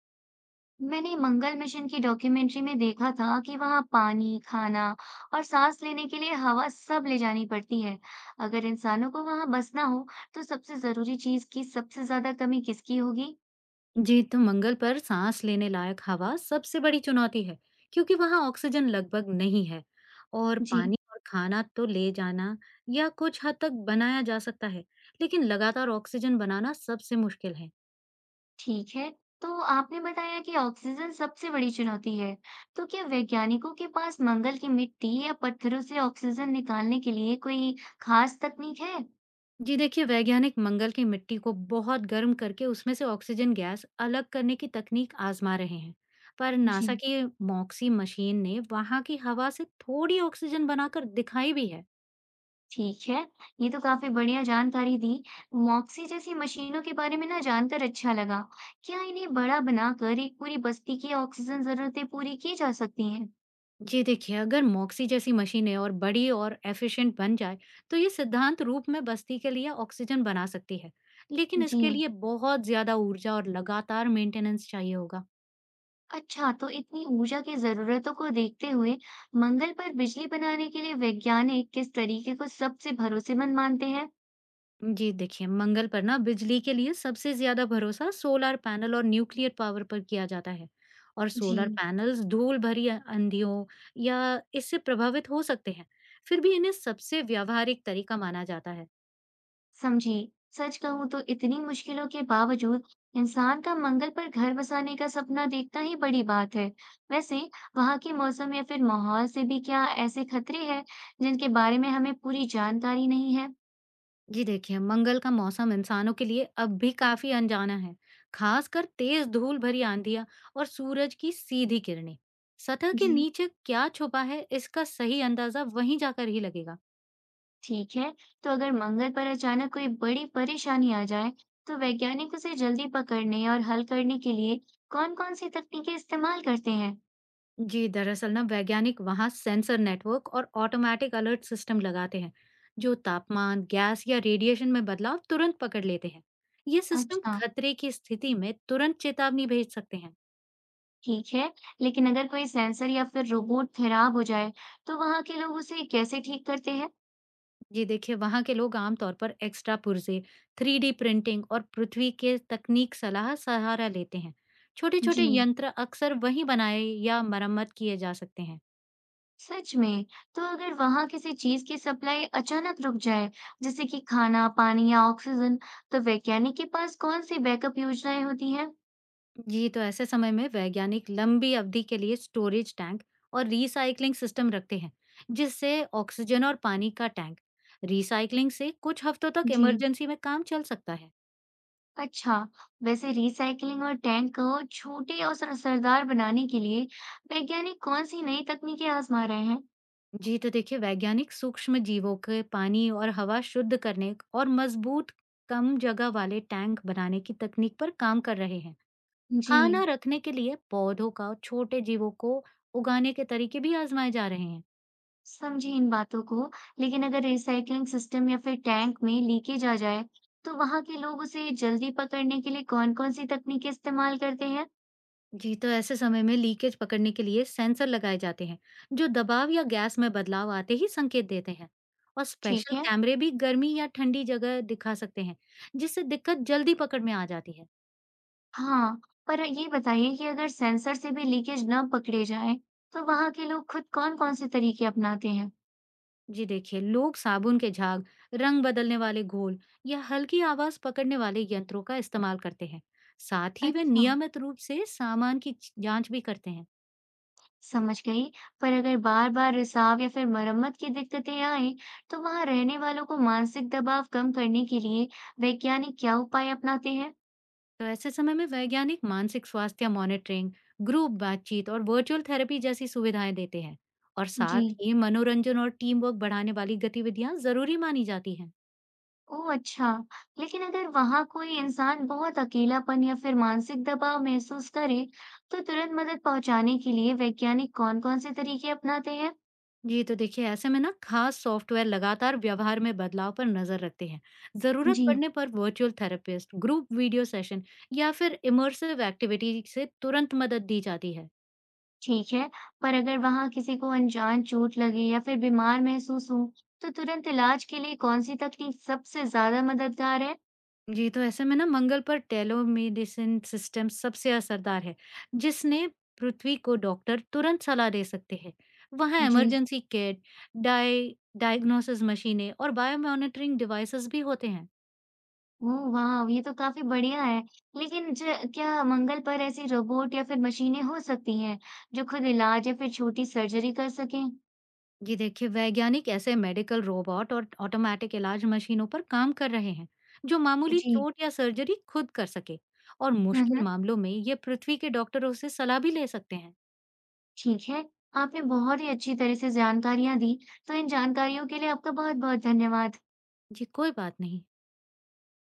मैंने मंगल मिशन की डॉक्यूमेंट्री में देखा था कि वहाँ पानी, खाना और सांस लेने के लिए हवा सब ले जानी पड़ती है। अगर इंसानों को वहाँ बसना हो, तो सबसे जरूरी चीज की सबसे ज्यादा कमी किसकी होगी? जी, तो मंगल पर सांस लेने लायक हवा सबसे बड़ी चुनौती है, क्योंकि वहां ऑक्सीजन लगभग नहीं है। और जी, पानी और खाना तो ले जाना या कुछ हद तक बनाया जा सकता है, लेकिन लगातार ऑक्सीजन बनाना सबसे मुश्किल है। ठीक है। तो आपने बताया कि ऑक्सीजन सबसे बड़ी चुनौती है। तो क्या वैज्ञानिकों के पास मंगल की मिट्टी या पत्थरों से ऑक्सीजन निकालने के लिए कोई खास तकनीक है? जी देखिए, वैज्ञानिक मंगल की मिट्टी को बहुत गर्म करके उसमें से ऑक्सीजन गैस अलग करने की तकनीक आजमा रहे हैं। पर नासा जी, की मॉक्सी मशीन ने वहां की हवा से थोड़ी ऑक्सीजन बनाकर दिखाई भी है। ठीक है, ये तो काफ़ी बढ़िया जानकारी दी। मॉक्सी जैसी मशीनों के बारे में ना जानकर अच्छा लगा। क्या इन्हें बड़ा बनाकर एक पूरी बस्ती की ऑक्सीजन ज़रूरतें पूरी की जा सकती हैं? जी देखिए, अगर MOXē जैसी मशीनें और बड़ी और एफिशिएंट बन जाए, तो ये सिद्धांत रूप में बस्ती के लिए ऑक्सीजन बना सकती है। लेकिन जी, इसके लिए बहुत ज़्यादा ऊर्जा और लगातार मेंटेनेंस चाहिए होगा। अच्छा, तो इतनी ऊर्जा की ज़रूरतों को देखते हुए मंगल पर बिजली बनाने के लिए वैज्ञानिक किस तरीके को सबसे भरोसेमंद मानते हैं? जी देखिए, मंगल पर ना बिजली के लिए सबसे ज़्यादा भरोसा सोलर पैनल और न्यूक्लियर पावर पर किया जाता है। और सोलर जी, पैनल्स धूल भरी आंधियों या इससे प्रभावित हो सकते हैं। फिर भी इन्हें सबसे व्यावहारिक तरीका माना जाता है। समझी। सच कहूँ तो इतनी मुश्किलों के बावजूद इंसान का मंगल पर घर बसाने का सपना देखना ही बड़ी बात है। वैसे, वहाँ के मौसम या फिर माहौल से भी क्या ऐसे खतरे हैं जिनके बारे में हमें पूरी जानकारी नहीं है? जी देखिए, मंगल का मौसम इंसानों के लिए अब भी काफी अनजाना है, खासकर तेज धूल भरी आंधियां और सूरज की सीधी किरणें। सतह के जी, नीचे क्या छुपा है, इसका सही अंदाजा वहीं जाकर ही लगेगा। ठीक है। तो अगर मंगल पर अचानक कोई बड़ी परेशानी आ जाए, तो वैज्ञानिक उसे जल्दी पकड़ने और हल करने के लिए कौन-कौन सी तकनीकें इस्तेमाल करते हैं? जी दरअसल ना वैज्ञानिक वहां सेंसर नेटवर्क और ऑटोमेटिक अलर्ट सिस्टम लगाते हैं, जो तापमान, गैस या रेडिएशन में बदलाव तुरंत पकड़ लेते हैं। ये सिस्टम अच्छा, खतरे की स्थिति में तुरंत चेतावनी भेज सकते हैं। ठीक है, लेकिन अगर कोई सेंसर या फिर रोबोट खराब हो जाए, तो वहाँ के लोग उसे कैसे ठीक करते हैं? जी देखिए, वहाँ के लोग आमतौर पर एक्स्ट्रा पुर्जे, थ्री डी प्रिंटिंग और पृथ्वी के तकनीक सलाह सहारा लेते हैं। छोटे-छोटे जी, यंत्र अक्सर वहीं बनाए या मरम्मत किए जा सकते हैं। सच में। तो अगर वहाँ किसी चीज की सप्लाई अचानक रुक जाए, जैसे कि खाना, पानी या ऑक्सीजन, तो वैज्ञानिक के पास कौन सी बैकअप योजनाएं होती हैं? जी, तो ऐसे समय में वैज्ञानिक लंबी अवधि के लिए स्टोरेज टैंक और रिसाइकलिंग सिस्टम रखते हैं, जिससे ऑक्सीजन और पानी का टैंक। रिसाइकलिंग से कुछ हफ्तों तक जी, इमरजेंसी में काम चल सकता है। अच्छा, वैसे रिसाइकलिंग और टैंक को छोटे और असरदार बनाने के लिए वैज्ञानिक कौन सी नई तकनीकें आजमा रहे हैं? जी तो देखिए, वैज्ञानिक सूक्ष्म जीवों के पानी और हवा शुद्ध करने और मजबूत कम जगह वाले टैंक बनाने की तकनीक पर काम कर रहे हैं। जी, खाना रखने के लिए पौधों का और छोटे जीवों को उगाने के तरीके भी आजमाए जा रहे हैं। समझी इन बातों को। लेकिन अगर रिसाइकलिंग सिस्टम या फिर टैंक में लीकेज आ जाए, तो वहां के लोग उसे जल्दी पकड़ने के लिए कौन-कौन सी तकनीकें इस्तेमाल करते हैं? जी तो ऐसे समय में लीकेज पकड़ने के लिए सेंसर लगाए जाते हैं, जो दबाव या गैस में बदलाव आते ही संकेत देते हैं। और ठीक स्पेशल है। कैमरे भी गर्मी या ठंडी जगह दिखा सकते हैं, जिससे दिक्कत जल्दी पकड़ में आ जाती है। हाँ, पर ये बताइए कि अगर सेंसर से भी लीकेज न पकड़े जाए, तो वहां के लोग खुद कौन-कौन से तरीके अपनाते हैं? जी देखिए, लोग साबुन के झाग, रंग बदलने वाले घोल या हल्की आवाज पकड़ने वाले यंत्रों का इस्तेमाल करते हैं। साथ ही वे अच्छा, नियमित रूप से सामान की जांच भी करते हैं। समझ गई। पर अगर बार बार रिसाव या फिर मरम्मत की दिक्कतें आए, तो वहां रहने वालों को मानसिक दबाव कम करने के लिए वैज्ञानिक क्या उपाय अपनाते हैं? तो ऐसे समय में वैज्ञानिक मानसिक स्वास्थ्य मॉनिटरिंग, ग्रुप बातचीत और वर्चुअल थेरेपी जैसी सुविधाएं देते हैं। और जी, साथ ही मनोरंजन और टीम वर्क बढ़ाने वाली गतिविधियां जरूरी मानी जाती हैं। ओह, अच्छा, लेकिन अगर वहाँ कोई इंसान बहुत अकेलापन या फिर मानसिक दबाव महसूस करे, तो तुरंत मदद पहुँचाने के लिए वैज्ञानिक कौन-कौन से तरीके अपनाते हैं? जी, तो देखिए ऐसे में ना खास सॉफ्टवेयर लगातार व्यवहार में बदलाव पर नजर रखते हैं। जरूरत जी, पड़ने पर virtual therapist, group video session या फिर इमर्सिव एक्टिविटी से तुरंत मदद दी जाती है। ठीक है, पर अगर वहाँ किसी को अनजान चोट लगे या फिर बीमार महसूस हो, तो तुरंत इलाज के लिए कौन सी तकनीक सबसे ज्यादा मददगार है? जी, तो ऐसे में ना मंगल पर टेलोमेडिसिन सिस्टम सबसे असरदार है, जिसने पृथ्वी को डॉक्टर तुरंत सलाह दे सकते हैं। वहाँ जी, इमरजेंसी किट, डाय डायग्नोसिस मशीनें और बायोमॉनिटरिंग डिवाइसेस भी होते हैं। ओह वाह, ये तो काफी बढ़िया है, लेकिन क्या मंगल पर ऐसी रोबोट या फिर मशीनें हो सकती हैं, जो खुद इलाज या फिर छोटी सर्जरी कर सकें? जी देखिए, वैज्ञानिक ऐसे मेडिकल रोबोट और ऑटोमेटिक इलाज मशीनों पर काम कर रहे हैं, जो मामूली जी, चोट या सर्जरी खुद कर सके। और हुँ, मुश्किल हुँ। मामलों में ये पृथ्वी के डॉक्टरों से सलाह भी ले सकते हैं। ठीक है, आपने बहुत ही अच्छी तरह से जानकारियाँ दी, तो इन जानकारियों के लिए आपका बहुत-बहुत धन्यवाद। जी कोई बात नहीं।